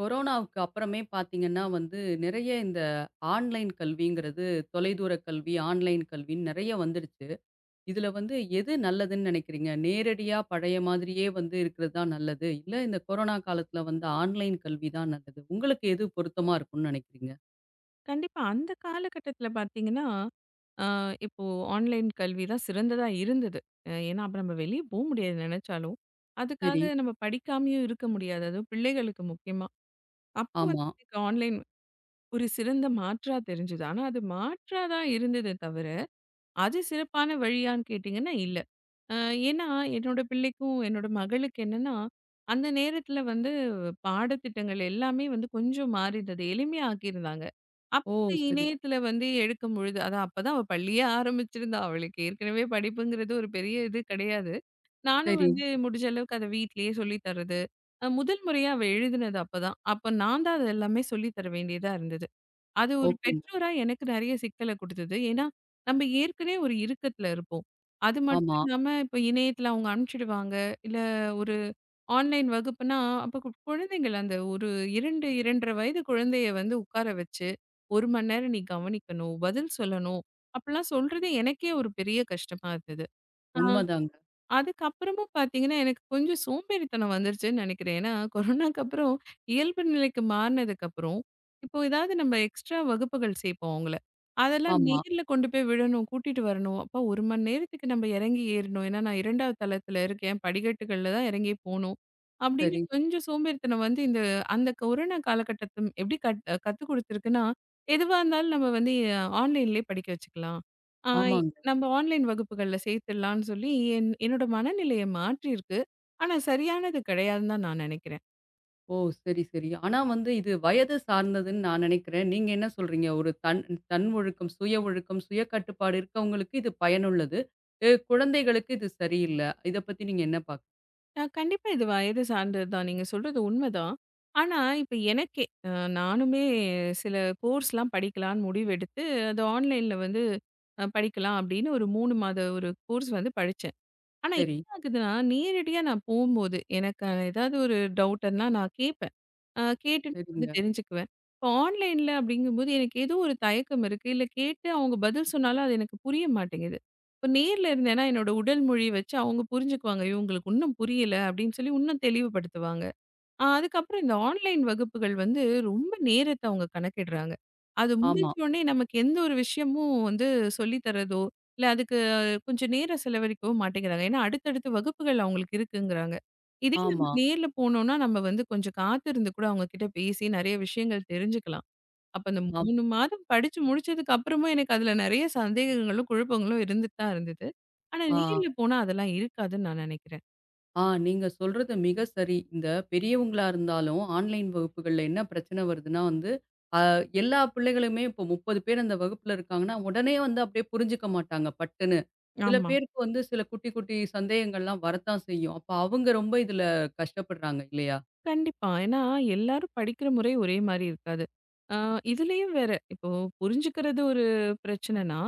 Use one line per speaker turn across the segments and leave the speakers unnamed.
கொரோனாவுக்கு அப்புறமே பார்த்தீங்கன்னா வந்து, நிறைய இந்த ஆன்லைன் கல்விங்கிறது, தொலைதூர கல்வி, ஆன்லைன் கல்வின்னு நிறைய வந்துடுச்சு. இதுல வந்து எது நல்லதுன்னு நினைக்கிறீங்க? நேரடியா பழைய மாதிரியே வந்து இருக்கிறது தான் நல்லது. இல்ல இந்த கொரோனா காலத்துல வந்த ஆன்லைன் கல்வி தான் நல்லது. உங்களுக்கு எது பொருத்தமா இருக்கும்னு நினைக்கிறீங்க?
கண்டிப்பா. அந்த காலகட்டத்தில பார்த்தீங்கன்னா, அ இப்போ ஆன்லைன் கல்வி தான் சிறந்ததா இருந்தது. ஏன்னா, அப்ப நம்ம வெளிய போ முடியாது நெனச்சாலும்.
சரி.
அதுக்காக நம்ம படிக்காமயும் இருக்க முடியாது. அதுவும் பிள்ளைகளுக்கு முக்கியமா. அப்ப வந்து
ஆமா.
எனக்கு ஆன்லைன் ஒரு சிறந்த மாற்றா தெரிஞ்சது. ஆனா, அது மாற்றா தான் இருந்ததே தவிர அது சிறப்பான வழியான்னு கேட்டிங்கன்னா இல்ல. அ ஏன்னா, என்னோட பிள்ளைக்கும், என்னோட மகளுக்கு என்னன்னா, அந்த நேரத்தில வந்து பாடத்திட்டங்கள் எல்லாமே வந்து கொஞ்சம் மாறியிருந்தது. எளிமையா ஆக்கியிருந்தாங்க.
ஓ!
அப்ப
சரி,
இணையத்தில வந்து எடுக்கும்பொழுது அதான் அப்பதான் அவ பள்ளியே ஆரம்பிச்சிருந்தா. அவளுக்கு ஏற்கனவே படிப்புங்கிறது ஒரு பெரிய இது கிடையாது. நானும்
சரி.
வந்து முடிஞ்ச அளவுக்கு அத வீட்லயே சொல்லி தர்றது. முதல் முறையா அவ எழுதினது அப்பதான். அப்ப நான் தான் அது எல்லாமே சொல்லி தர வேண்டியதா இருந்தது. அது ஒரு
ஓகேங்க.
பெற்றோரா எனக்கு நெறைய சிக்கல குடுத்தது. ஏன்னா, நம்ம ஏற்கனவே ஒரு இறுக்கத்துல இருப்போம். அது மட்டும்
ஆமா.
இல்லாம இப்ப இணையத்துல அவங்க அனுப்பிச்சிடுவாங்க. இல்ல ஒரு ஆன்லைன் வகுப்புன்னா, அப்ப குழந்தைகள் அந்த ஒரு 2, 2 1/2 வயது குழந்தைய வந்து உட்கார வச்சு, 1 மணி நேரம் நீ கவனிக்கணும், பதில் சொல்லணும். அப்பலாம் சொல்றது எனக்கே ஒரு பெரிய கஷ்டமா இருந்தது. ஆ.
உண்மதாங்க.
அதுக்கப்புறமும் பார்த்தீங்கன்னா, எனக்கு கொஞ்சம் சோம்பேறித்தனம் வந்துருச்சுன்னு நெனைக்கிறேன். ஏன்னா, கொரோனாக்கு அப்புறம் இயல்பு நிலைக்கு மாறுனதுக்கப்புறம், இப்போ ஏதாவது நம்ம எக்ஸ்ட்ரா வகுப்புகள் சேர்ப்போம் அவங்கள. அதெல்லாம் ம்.
ஆமா.
நேர்ல கொண்டு போய் விடணும், கூட்டிட்டு வரணும். அப்போ 1 மணி நேரத்துக்கு நம்ம இறங்கி ஏறணும். ஏன்னா, நான் 2வது தளத்தில இருக்கேன். படிக்கட்டுகள்ல தான் இறங்கி போணும். அப்படின்னு
சரி.
கொஞ்சம் சோம்பேறித்தனம் வந்து இந்த அந்த கொரோனா காலகட்டத்தம் எப்படி கத்துக் குடுத்துருக்குன்னா, எதுவா இருந்தாலும் நம்ம வந்து ஆன்லைன்லயே படிக்க வச்சுக்கலாம். ஆ
ஆமாங்க.
நம்ம ஆன்லைன் வகுப்புகள்ல சேர்த்துடலான்னு சொல்லி என்னோட மனநிலைய மாற்றியிருக்கு. ஆனா சரியானது கிடையாதுன்னு தான் நான் நினைக்கிறேன்.
ஓ! சரி, சரி. ஆனா வந்து இது வயது சார்ந்ததுன்னு நான் நினைக்கிறேன். நீங்க என்ன சொல்றீங்க? ஒரு தன் தன் ஒழுக்கம், சுய ஒழுக்கம், சுய கட்டுப்பாடு இருக்கவங்களுக்கு இது பயனுள்ளது. குழந்தைகளுக்கு இது சரியில்ல. இத பத்தி நீங்க என்ன
கண்டிப்பா இது வயது சார்ந்தது தான். நீங்க சொல்றது உண்மதான். ஆனா இப்ப எனக்கே நானுமே சில கோர்ஸ்லாம் படிக்கலான்னு முடிவெடுத்து அது ஆன்லைன்ல வந்து படிக்கலாம் அப்படின்னு ஒரு 3 மாத ஒரு கோர்ஸ் வந்து படிச்சேன். ஆனா
சரி,
என்ன ஆகுதுன்னா, நேரடியா நான் போம்போது எனக்கு ஏதாவது ஒரு டவுட்ன்னா நான் கேப்பேன். கேட்டு நான் வந்து
சரிங்க.
தெரிஞ்சுக்குவேன். இப்போ ஆன்லைன்ல அப்படிங்கும்போது எனக்கு ஏதோ ஒரு தயக்கம் இருக்கு. இல்ல கேட்டு அவங்க பதில் சொன்னாலும் அது எனக்கு புரிய மாட்டேங்குது. இப்போ நேர்ல இருந்தேன்னா என்னோட உடல் மொழி வச்சு அவங்க புரிஞ்சுக்குவாங்க. இவங்களுக்கு இன்னும் புரியல அப்படின்னு சொல்லி இன்னும் தெளிவுபடுத்துவாங்க. அதுக்கப்புறம் இந்த ஆன்லைன் வகுப்புகள் வந்து ரொம்ப நேரத்த அவங்க கணக்கிடுறாங்க. அது
ஆமா,
முடிஞ்ச உடனே நமக்கு எந்த ஒரு விஷயமும் வந்து சொல்லி தர்றதோ, இல்ல அதுக்கு கொஞ்சம் நேரம் செலவழிக்கவும் மாட்டேங்கிறாங்க. ஏன்னா அடுத்தடுத்து வகுப்புகள் அவங்களுக்கு இருக்குங்கிறாங்க. இதே நம்ம
ஆமா,
நேர்ல போனோம்னா, நம்ம வந்து கொஞ்சம் காத்திருந்து கூட அவங்க கிட்ட பேசி நெறைய விஷயங்கள் தெரிஞ்சுக்கலாம். அப்ப அந்த
ஆமா.
3 மாதம் படிச்சு முடிச்சதுக்கு அப்புறமும் எனக்கு அதுல நெறைய சந்தேகங்களும், குழப்பங்களும் இருந்துட்டு தான் இருந்தது. ஆனா
ஆ.
நேர்ல போனா அதெல்லாம் இருக்காதுன்னு நான் நெனைக்கிறேன்.
ஆ நீங்க சொல்றது மிக சரி. இந்த பெரியவங்களா இருந்தாலும், ஆன்லைன் வகுப்புகள்ல என்ன பிரச்சனை வருதுன்னா வந்து, அ எல்லா பிள்ளைகளுமே இப்போ 30 பேர் அந்த வகுப்புல இருக்காங்கன்னா, உடனே வந்து அப்படியே புரிஞ்சுக்க மாட்டாங்க பட்டுன்னு. சில
ஆமா.
பேருக்கு வந்து சில குட்டி, குட்டி சந்தேகங்கள்லாம் வரத்தான் செய்யும். அப்ப அவங்க ரொம்ப இதுல கஷ்டப்படுறாங்க இல்லையா?
கண்டிப்பா. ஏன்னா, எல்லாரும் படிக்கிற முறை ஒரே மாரி இருக்காது. ஆ இதுலயும் வேற, இப்போ புரிஞ்சுக்கிறது ஒரு பிரச்சனைனா,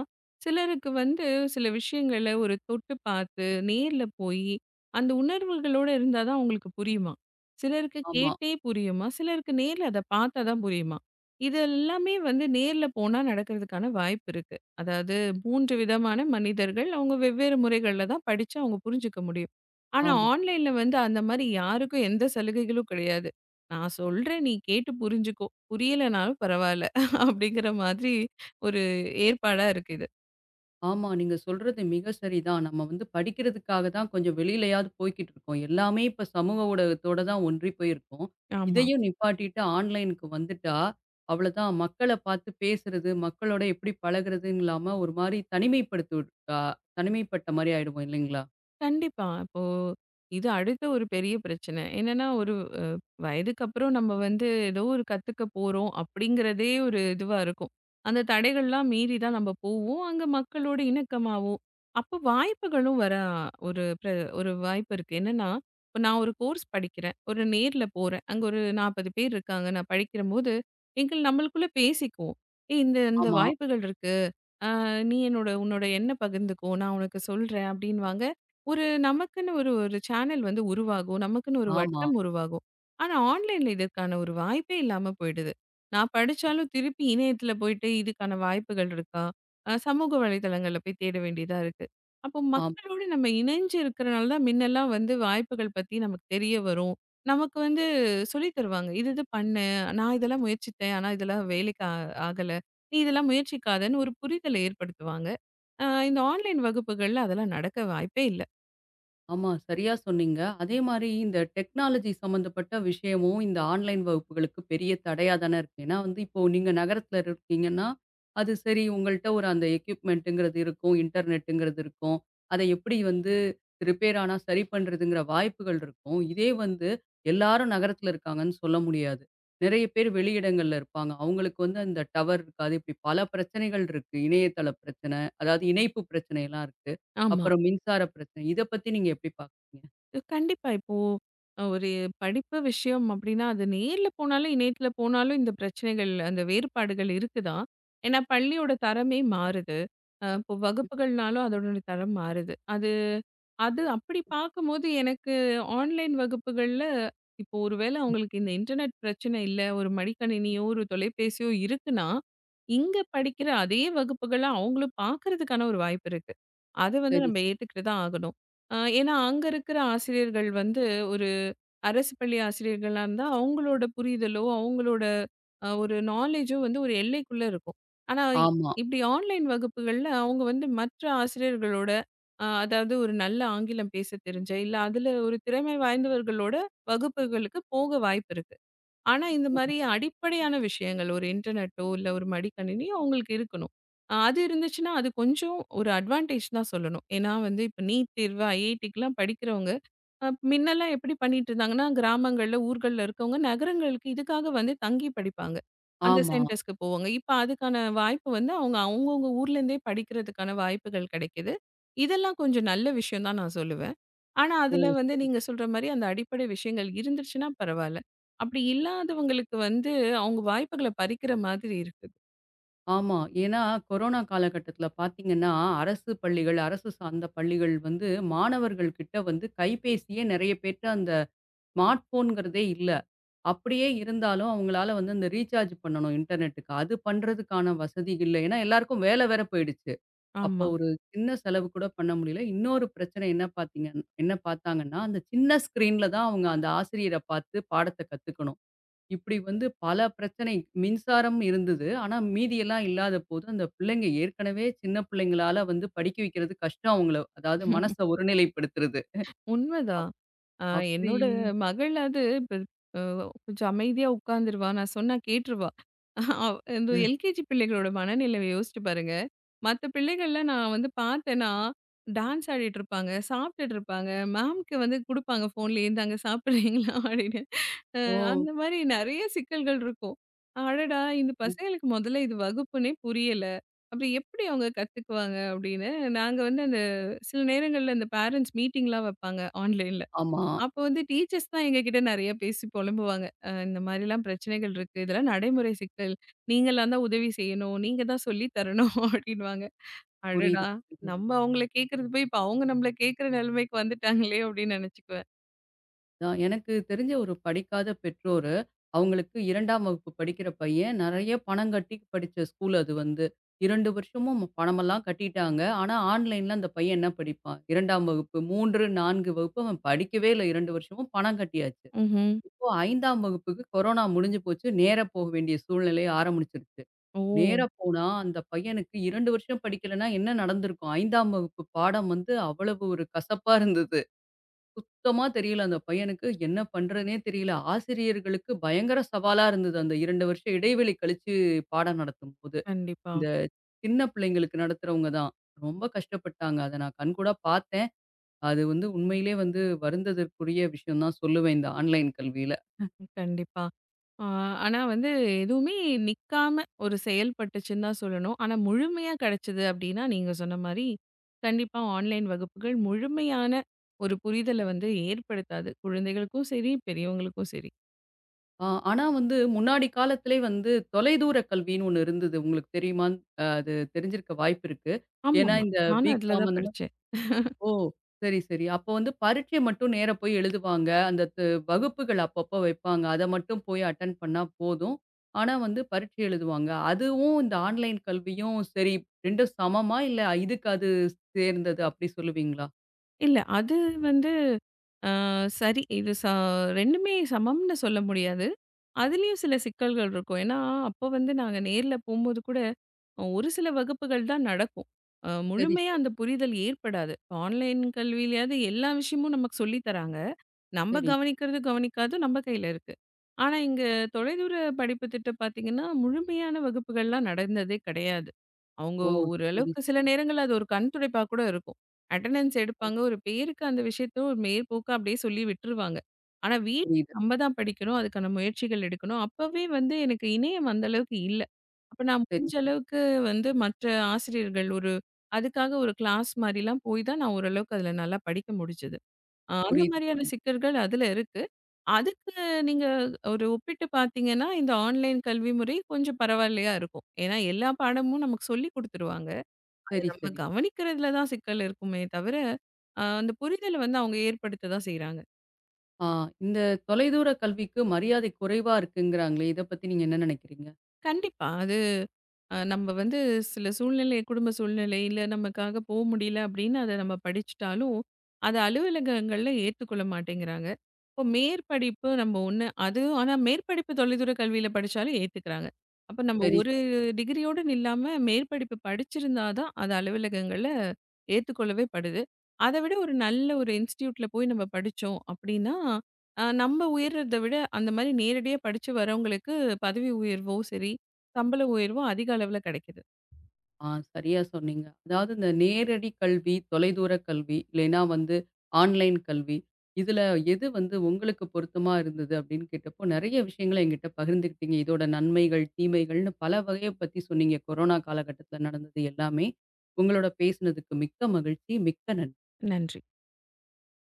சிலருக்கு வந்து சில விஷயங்கள ஒரு தொட்டு பார்த்து, நேர்ல போயி, அந்த உணர்வுகளோட இருந்தா தான் அவங்களுக்கு புரியுமாம். சிலருக்கு
ஆமா,
கேட்டே புரியுமாம். சிலருக்கு நேர்ல அத பார்த்தா தான் புரியுமாம். இது எல்லாமே வந்து நேர்ல போனா நடக்கிறதுக்கான வாய்ப்பு இருக்கு. அதாவது 3 விதமான மனிதர்கள், அவங்க வெவ்வேறு முறைகள்ல தான் படிச்சு அவங்க புரிஞ்சுக்க முடியும். ஆனா,
ஆமா.
ஆன்லைன்ல வந்து அந்த மாரி யாருக்கும் எந்த சலுகைகளும் கிடையாது. நான் சொல்றேன் நீ கேட்டு புரிஞ்சுக்கோ. புரியலனாலும் பரவால்ல. அப்படிங்கிற மாதிரி ஒரு ஏற்பாடா இருக்கு இது.
ஆமா. நீங்க சொல்றது மிக சரிதான். நம்ம வந்து படிக்கிறதுக்காக தான் கொஞ்சம் வெளியிலயாவது போய்க்கிட்டு இருக்கோம். எல்லாமே இப்ப சமூக ஊடகத்தோட தான் ஒன்றி போயிருக்கோம்.
ஆமா.
இதையும் நிப்பாட்டிட்டு ஆன்லைனுக்கு வந்துட்டா, அவ்வளதான் மக்கள பார்த்து பேசுறது, மக்களோட எப்படி பழகுறதுன்னு இல்லாம ஒரு மாரி தனிமைப்படுத்தி விட் அ தனிமைப்பட்ட மாரி ஆயிடுவோம் இல்லைங்களா?
கண்டிப்பா. இப்போ இது அடுத்த ஒரு பெரிய பிரச்சனை. என்னன்னா ஒரு அ வயதுக்கு அப்புறம் நம்ம வந்து ஏதோ ஒரு கத்துக்க போறோம் அப்படிங்கிறதே ஒரு இதுவா இருக்கும். அந்த தடைகள்லாம் மீறி தான் நம்ம போவோம். அங்க மக்களோட இணக்கமாவோம். அப்போ வாய்ப்புகளும் வர ஒரு பிர ஒரு வாய்ப்பு இருக்கு. என்னன்னா, இப்போ நான் ஒரு கோர்ஸ் படிக்கிறேன். ஒரு நேர்ல போறேன். அங்க ஒரு 40 பேர் இருக்காங்க. நான் படிக்கிறம்போது எங்கள் நம்மளுக்குள்ள பேசிக்குவோம். "ஏய் இந்த இந்த
ஆமா,
வாய்ப்புகள் இருக்கு. ஆ, "நீ என்னோட உன்னோட எண்ண பகிர்ந்துக்கோ. நான் உனக்கு சொல்றேன்" அப்படின்னுவாங்க. ஒரு நமக்குன்னு ஒரு ஒரு சேனல் வந்து உருவாகும். நமக்குன்னு ஒரு
ஆமா,
வட்டம் உருவாகும். ஆனா, ஆன்லைன்ல இதற்கான ஒரு வாய்ப்பே இல்லாம போயிடுது. நான்
ஆ
படிச்சாலும் திருப்பி இணையத்துல போயிட்டு இதுக்கான வாய்ப்புகள் இருக்கா? சமூக வலைதளங்கள்ல போய் தேட வேண்டியதா இருக்கு. அப்போ
ஆமா.
மக்களோடு நம்ம இணைஞ்சு இருக்கிறனால தான் முன்னெல்லாம் வந்து வாய்ப்புகள் பத்தி நமக்கு தெரிய வரும். நமக்கு வந்து சொல்லித் தருவாங்க. "இது இது பண்ணு. நான் இதெல்லாம் முயற்சித்தேன். ஆனா இதெல்லாம் வேலைக்கு ஆகல." நீ இதெல்லாம் முயற்சிக்காதன்னு ஒரு புரிதலை ஏற்படுத்துவாங்க. அ இந்த ஆன்லைன் வகுப்புகள்ல அதெல்லாம் நடக்க வாய்ப்பே இல்ல.
ஆமா. சரியா சொன்னீங்க. அதே மாரி இந்த டெக்னாலஜி சம்மந்தப்பட்ட விஷயமும் இந்த ஆன்லைன் வகுப்புகளுக்கு பெரிய தடையா தானே இருக்கு. ஏன்னா வந்து இப்போ நீங்க நகரத்தில இருக்கீங்கன்னா, அது சரி உங்கள்ட்ட ஒரு அந்த எக்யூப்மென்ட்ங்கிறது இருக்கும், இன்டர்நெட்டுங்கிறது இருக்கும். அத எப்படி வந்து ரிப்பேர் ஆனா சரி பண்றதுங்கிற வாய்ப்புகள் இருக்கும். இதே வந்து எல்லாரும் நகரத்தில இருக்காங்கன்னு சொல்ல முடியாது. நெறைய பேர் வெளியிடங்கள்ல இருப்பாங்க. அவங்களுக்கு வந்து அந்த டவர் இருக்காது. இப்படி பல பிரச்சனைகள் இருக்கு. இணையதள பிரச்சனை, அதாவது இணைப்பு பிரச்சனைலாம் இருக்கு.
ஆமா.
அப்புறம் மின்சார பிரச்சனை. இத பத்தி நீங்க எப்படி பார்க்குறீங்க?
கண்டிப்பா. இப்போ ஒரு படிப்பு விஷயம் அப்டின்னா, அது நேர்ல போனாலும், இணையத்துல போனாலும் இந்த பிரச்சனைகள், அந்த வேறுபாடுகள் இருக்குதான். ஏன்னா பள்ளியோட தரமே மாறுது. இப்போ வகுப்புகள்னாலும் அதோட தரம் மாறுது. அது அது அப்படி பார்க்கும்போது எனக்கு ஆன்லைன் வகுப்புகள்ல இப்போ ஒருவேளை அவங்களுக்கு இந்த இன்டர்நெட் பிரச்சனை இல்ல, ஒரு மடிக்கணினியோ, ஒரு தொலைபேசியோ இருக்குன்னா, இங்க படிக்கிற அதே வகுப்புகள அவங்களும் பார்க்கறதுக்கான ஒரு வாய்ப்பு இருக்கு. அத வந்து
சரி.
நம்ம ஏத்துக்கிட்டு தான் ஆகணும். ஏன்னா அங்க இருக்கிற ஆசிரியர்கள் வந்து அரசு பள்ளி ஆசிரியர்களா இருந்தா, அவங்களோட புரிதலோ, அவங்களோட ஒரு நாலேஜோ வந்து ஒரு எல்லைக்குள்ள இருக்கும். ஆனா,
ஆமா.
இப்படி ஆன்லைன் வகுப்புகள்ல அவங்க வந்து மற்ற ஆசிரியர்களோட அதாவது ஒரு நல்ல ஆங்கிலம் பேச தெரிஞ்ச, இல்ல அதுல ஒரு திறமை வாய்ந்தவர்களோட வகுப்புகளுக்கு போக வாய்ப்பு இருக்கு. ஆனா, இந்த மாரி அடிப்படையான விஷயங்கள், ஒரு இன்டர்நெட்டோ, இல்ல ஒரு மடிக்கணினியோ அவங்களுக்கு இருக்கணும். அது இருந்துச்சுன்னா, அது கொஞ்சம் ஒரு அட்வான்டேஜ் தான் சொல்லணும். ஏன்னா வந்து இப்ப நீட் தேர்வு, ஐஐடிக்குலாம் படிக்கிறவங்க மின்னலாம் எப்படி பண்ணிட்டுருந்தாங்கன்னா, கிராமங்கள்ல, ஊர்கள்ல இருக்கவங்க நகரங்களுக்கு இதுக்காக வந்து தங்கி படிப்பாங்க. அந்த
ஆமா.
சென்டர்ஸ்க்கு போவாங்க. இப்ப அதுக்கான வாய்ப்பு வந்து அவங்க அவங்கவங்க ஊர்லேருந்தே படிக்கிறதுக்கான வாய்ப்புகள் கிடைக்குது. இதெல்லாம் கொஞ்சம் நல்ல விஷயம் தான் நான் சொல்லுவேன். ஆனா,
ஓ!
அதுல வந்து
சரி.
நீங்க சொல்ற மாரி அந்த அடிப்படை விஷயங்கள் இருந்துருச்சுன்னா பரவால்ல. அப்படி இல்லாதவங்களுக்கு வந்து அவங்க வாய்ப்புகள பறிக்கிற மாதிரி இருக்குது.
ஆமா. ஏன்னா கொரோனா காலகட்டத்தில பார்த்தீங்கன்னா, அரசு பள்ளிகள், அரசு சார்ந்த பள்ளிகள் வந்து மாணவர்கள் கிட்ட வந்து கைபேசியே நெறைய பேர்ட்ட அந்த ஸ்மார்ட் ஃபோன்ங்கிறதே இல்ல. அப்படியே இருந்தாலும் அவங்களால வந்து அந்த ரீசார்ஜ் பண்ணணும் இன்டர்நெட்டுக்கு. அது பண்றதுக்கான வசதி இல்ல. ஏன்னா எல்லாருக்கும் வேலை வேற போயிடுச்சு. அப்போ
ஆமா.
ஒரு சின்ன செலவு கூட பண்ண முடியல. இன்னொரு பிரச்சனை என்ன பார்த்தீங்க என்ன பார்த்தாங்கன்னா, அந்த சின்ன ஸ்க்ரீன்ல தான் அவங்க அந்த ஆசிரியர பார்த்து பாடத்த கத்துக்கணும். இப்படி வந்து பல பிரச்சனை மின்சாரம் இருந்தது. ஆனா மீதியெல்லாம் இல்லாதபோது, அந்த பிள்ளைங்க ஏற்கனவே சின்ன பிள்ளைங்களால வந்து படிக்க வைக்கிறது கஷ்டம் அவங்கள. அதாவது மனச ஒருநிலைப்படுத்துறது.
உண்மதான். அ
அப்படி
என்னோட மகளாவது இப்ப அ கொஞ்சம் அமைதியா உட்காந்துருவா. நான் சொன்னா கேட்டுருவா. அவ் இந்த
அ
எல்கேஜி பிள்ளைகளோட மனநிலைய யோசிச்சு பாருங்க. மத்த பிள்ளைகள்லாம் நான் வந்து பார்த்தேன்னா, டான்ஸ் ஆடிட்டு இருப்பாங்க, சாப்பிட்டுட்டு இருப்பாங்க. மேம்க்கு வந்து குடுப்பாங்க ஃபோன்லயே, "இந்தாங்க சாப்பிடுறீங்களா?" அப்படின்னு. அ
ஓ!
அந்த மாரி நெறைய சிக்கல்கள் இருக்கும். அடடா! இந்த
ம்.
பசங்களுக்கு முதல்ல இது வகுப்புன்னே புரியல. அப்புறம் எப்படி அவங்க கத்துக்குவாங்க அப்படின்னு, நாங்க வந்து அந்த சில நேரங்கள்ல இந்த பேரண்ட்ஸ் மீட்டிங்லாம் வைப்பாங்க ஆன்லைன்ல.
ஆமா.
அப்ப வந்து டீச்சர்ஸ் தான் எங்ககிட்ட நெறைய பேசி புலம்புவாங்க. இந்த மாரிலாம் பிரச்சனைகள் இருக்கு. இதெல்லாம் நடைமுறை சிக்கல். நீங்கலாம் தான் உதவி செய்யணும். நீங்க தான் சொல்லி தரணும் அப்டின்னுவாங்க. அடடா!
புரியுது.
நம்ம அவங்கள கேட்கறது போய் இப்ப அவங்க நம்மள கேட்கற நிலைமைக்கு வந்துட்டாங்களே! அப்டின்னு நெனச்சுக்குவேன்.
நான் எனக்கு தெரிஞ்ச ஒரு படிக்காத பெற்றோரு, அவங்களுக்கு 2ஆம் வகுப்பு படிக்கிற பையன் நெறைய பணம் கட்டி படிச்ச ஸ்கூல் அது வந்து. 2 வருஷமும் பணமெல்லாம் கட்டிட்டாங்க. ஆனா, ஆன்லைன்ல அந்த பையன் என்ன படிப்பான்? 2ஆம் வகுப்பு, 3, 4 வகுப்பு அவன் படிக்கவே இல்ல 2 வருஷமும் பணம் கட்டியாச்சு.
ம்ஹ்ம்.
இப்போ 5ஆம் வகுப்புக்கு கொரோனா முடிஞ்சு போச்சு. நேரா போக வேண்டிய சூழ்நிலை ஆரம்பிச்சுருச்சு.
ஓ!
நேரா போனா அந்த பையனுக்கு 2 வருஷம் படிக்கலன்னா என்ன நடந்திருக்கும்? 5ஆம் வகுப்பு பாடம் வந்து அவ்வளவு ஒரு கசப்பா இருந்தது. சுத்தமா தெரியல அந்த பையனுக்கு. என்ன பண்றதுன்னே தெரியல. ஆசிரியர்களுக்கு பயங்கர சவாலா இருந்தது. அந்த 2 வருஷம் இடைவெளி கழிச்சு பாடம் நடத்தும்போது.
கண்டிப்பா.
இந்த சின்ன பிள்ளைங்களுக்கு நடத்துறவங்க தான். ரொம்ப கஷ்டப்பட்டாங்க. அத நான் கண்கூடா பார்த்தேன். அது வந்து உண்மையிலே வந்து வருந்ததற்குரிய விஷயம் தான் சொல்லுவேன். இந்த ஆன்லைன் கல்வியில.
கண்டிப்பா. ஆ ஆனா வந்து எதுவுமே நிக்காம ஒரு செயல்பட்டுச்சுன்னு தான் சொல்லணும். ஆனா முழுமையா கிடைச்சது அப்டின்னா, நீங்க சொன்ன மாரி கண்டிப்பா ஆன்லைன் வகுப்புகள் முழுமையான ஒரு புரிதல வந்து ஏற்படுத்தாது. குழந்தைகளுக்கும் சரி, பெரியவங்களுக்கும் சரி.
ஆ ஆனா வந்து முன்னாடி காலத்திலே வந்து தொலைதூர கல்வின்னு ஒண்ணு இருந்தது. உங்களுக்கு தெரியுமான்னு அது தெரிஞ்சிருக்க வாய்ப்பு இருக்கு. ஏன்னா
ஆமாமா.
இந்த
நானும் அதுல
பிகாம்
தான்
அந்த
படிச்சேன்.
ஓ! சரி, சரி. அப்போ வந்து பரீட்சை மட்டும் நேரா போய் எழுதுவாங்க. அந்த வகுப்புகள் அப்பப்போ வைப்பாங்க. அத மட்டும் போய் அட்டெண்ட் பண்ணா போதும். ஆனா வந்து பரீட்சை எழுதுவாங்க. அதுவும் இந்த ஆன்லைன் கல்வியும் சரி 2ம் சமமா? இல்ல இதுக்கு அது சேர்ந்தது அப்படி சொல்லுவீங்களா?
இல்ல அது வந்து அ சரி. இது 2மே சமம்னு சொல்ல முடியாது. அதுலயும் சில சிக்கல்கள் இருக்கும். ஏன்னா, அப்போ வந்து நாங்க நேர்ல போம்போது கூட, ஒரு சில வகுப்புகள் தான் நடக்கும்.
சரி,
முழுமையா
சரி,
அந்த புரிதல் ஏற்படாது. ஆன்லைன் கல்வியிலயாவது எல்லா விஷயமும் நமக்கு சொல்லி தராங்க. நம்ம
சரி.
கவனிக்கிறது கவனிக்காது நம்ம கையில இருக்கு. ஆனா, இங்க தொலைதூர படிப்பு திட்டம் பார்த்தீங்கன்னா, முழுமையான வகுப்புகள்லாம் நடந்ததே கிடையாது. அவங்க
ஓ! சரி,
ஓரளவுக்கு சில
சரி.
நேரங்கள்ல அது ஒரு கண் துடைப்பா கூட இருக்கும். அட்டெண்டன்ஸ்
ஓ
எடுப்பாங்க. ஒரு பேருக்கு அந்த விஷயத்த ஒரு மேற்போக்கா அப்படியே சொல்லி விட்டுருவாங்க. ஆனா, வீட்ல
புரியுது.
நம்ம தான் படிக்கணும். அதுக்கான முயற்சிகள் எடுக்கணும். அப்பவே வந்து எனக்கு இணையம் அந்த அளவுக்கு இல்ல. அப்ப நான்
சரி,
முடிஞ்ச
சரி.
அளவுக்கு வந்து மற்ற ஆசிரியர்கள் ஒரு அதுக்காக ஒரு கிளாஸ் மாரிலாம் போய் தான் நான் ஓரளவுக்கு அதில நல்லா படிக்க முடிஞ்சது. அந்த
புரியுது,
மாரியான
புரியுது.
சிக்கல்கள் அதுல இருக்கு. அதுக்கு நீங்க ஒரு ஒப்பிட்டு பார்த்தீங்கன்னா, இந்த ஆன்லைன் கல்வி முறை கொஞ்சம் பரவாயில்லையா இருக்கும். ஏன்னா எல்லா பாடமும் நமக்கு சொல்லிக் குடுத்துருவாங்க. அது
சரி,
நம்ம
சரி.
கவனிக்கிறதுல தான் சிக்கல் இருக்குமே தவிர, அந்த புரிதல வந்து அவங்க ஏற்படுத்த தான் செய்றாங்க.
ஆ இந்த தொலைதூர கல்விக்கு மரியாதை குறைவா இருக்குங்கிறாங்களே, இத பத்தி நீங்க என்ன நினைக்கிறீங்க?
கண்டிப்பா. அது நம்ம வந்து சில சூழ்நிலை, குடும்ப சூழ்நிலை, இல்ல நமக்காக போ முடியல அப்படின்னு அத நம்ம படிச்சுட்டாலும், அத அலுவலகங்கள்ல ஏத்துக்கொள்ள மாட்டேங்கிறாங்க. இப்போ மேற்படிப்பு நம்ம ஒண்ணு அது ஆனா மேற்படிப்பு தொலைதூர கல்வியில படிச்சாலும் ஏத்துக்கிறாங்க. அப்ப நம்ம
சரி.
ஒரு டிகிரியோட நில்லாம மேற்படிப்பு படிச்சிருந்தா தான் அது அலுவலகங்கள்ல ஏத்துக்கொள்ளவே படுது. அத விட ஒரு நல்ல ஒரு இன்ஸ்டிடியூட்ல போய் நம்ம படிச்சோம் அப்படின்னா, நம்ம உயர்றத விட அந்த மாரி நேரடியா படிச்சு வரவங்களுக்கு பதவி உயர்வோ சரி, சம்பள உயர்வும் அதிக அளவுல கிடைக்குது.
ஆ சரியா சொன்னீங்க. அதாவது இந்த நேரடி கல்வி, தொலைதூர கல்வி, இல்லைன்னா வந்து ஆன்லைன் கல்வி. இதுல எது வந்து உங்களுக்கு பொருத்தமா இருந்தது அப்படின்னு கேட்டப்போ, நெறைய விஷயங்கள என்கிட்ட பகிர்ந்துக்கிட்டீங்க. இதோட நன்மைகள், தீமைகள்னு பல வகைய பத்தி சொன்னீங்க. கொரோனா காலகட்டத்தில நடந்தது எல்லாமே. உங்களோட பேசினதுக்கு மிக்க மகிழ்ச்சி. மிக்க நன்றி.
நன்றி.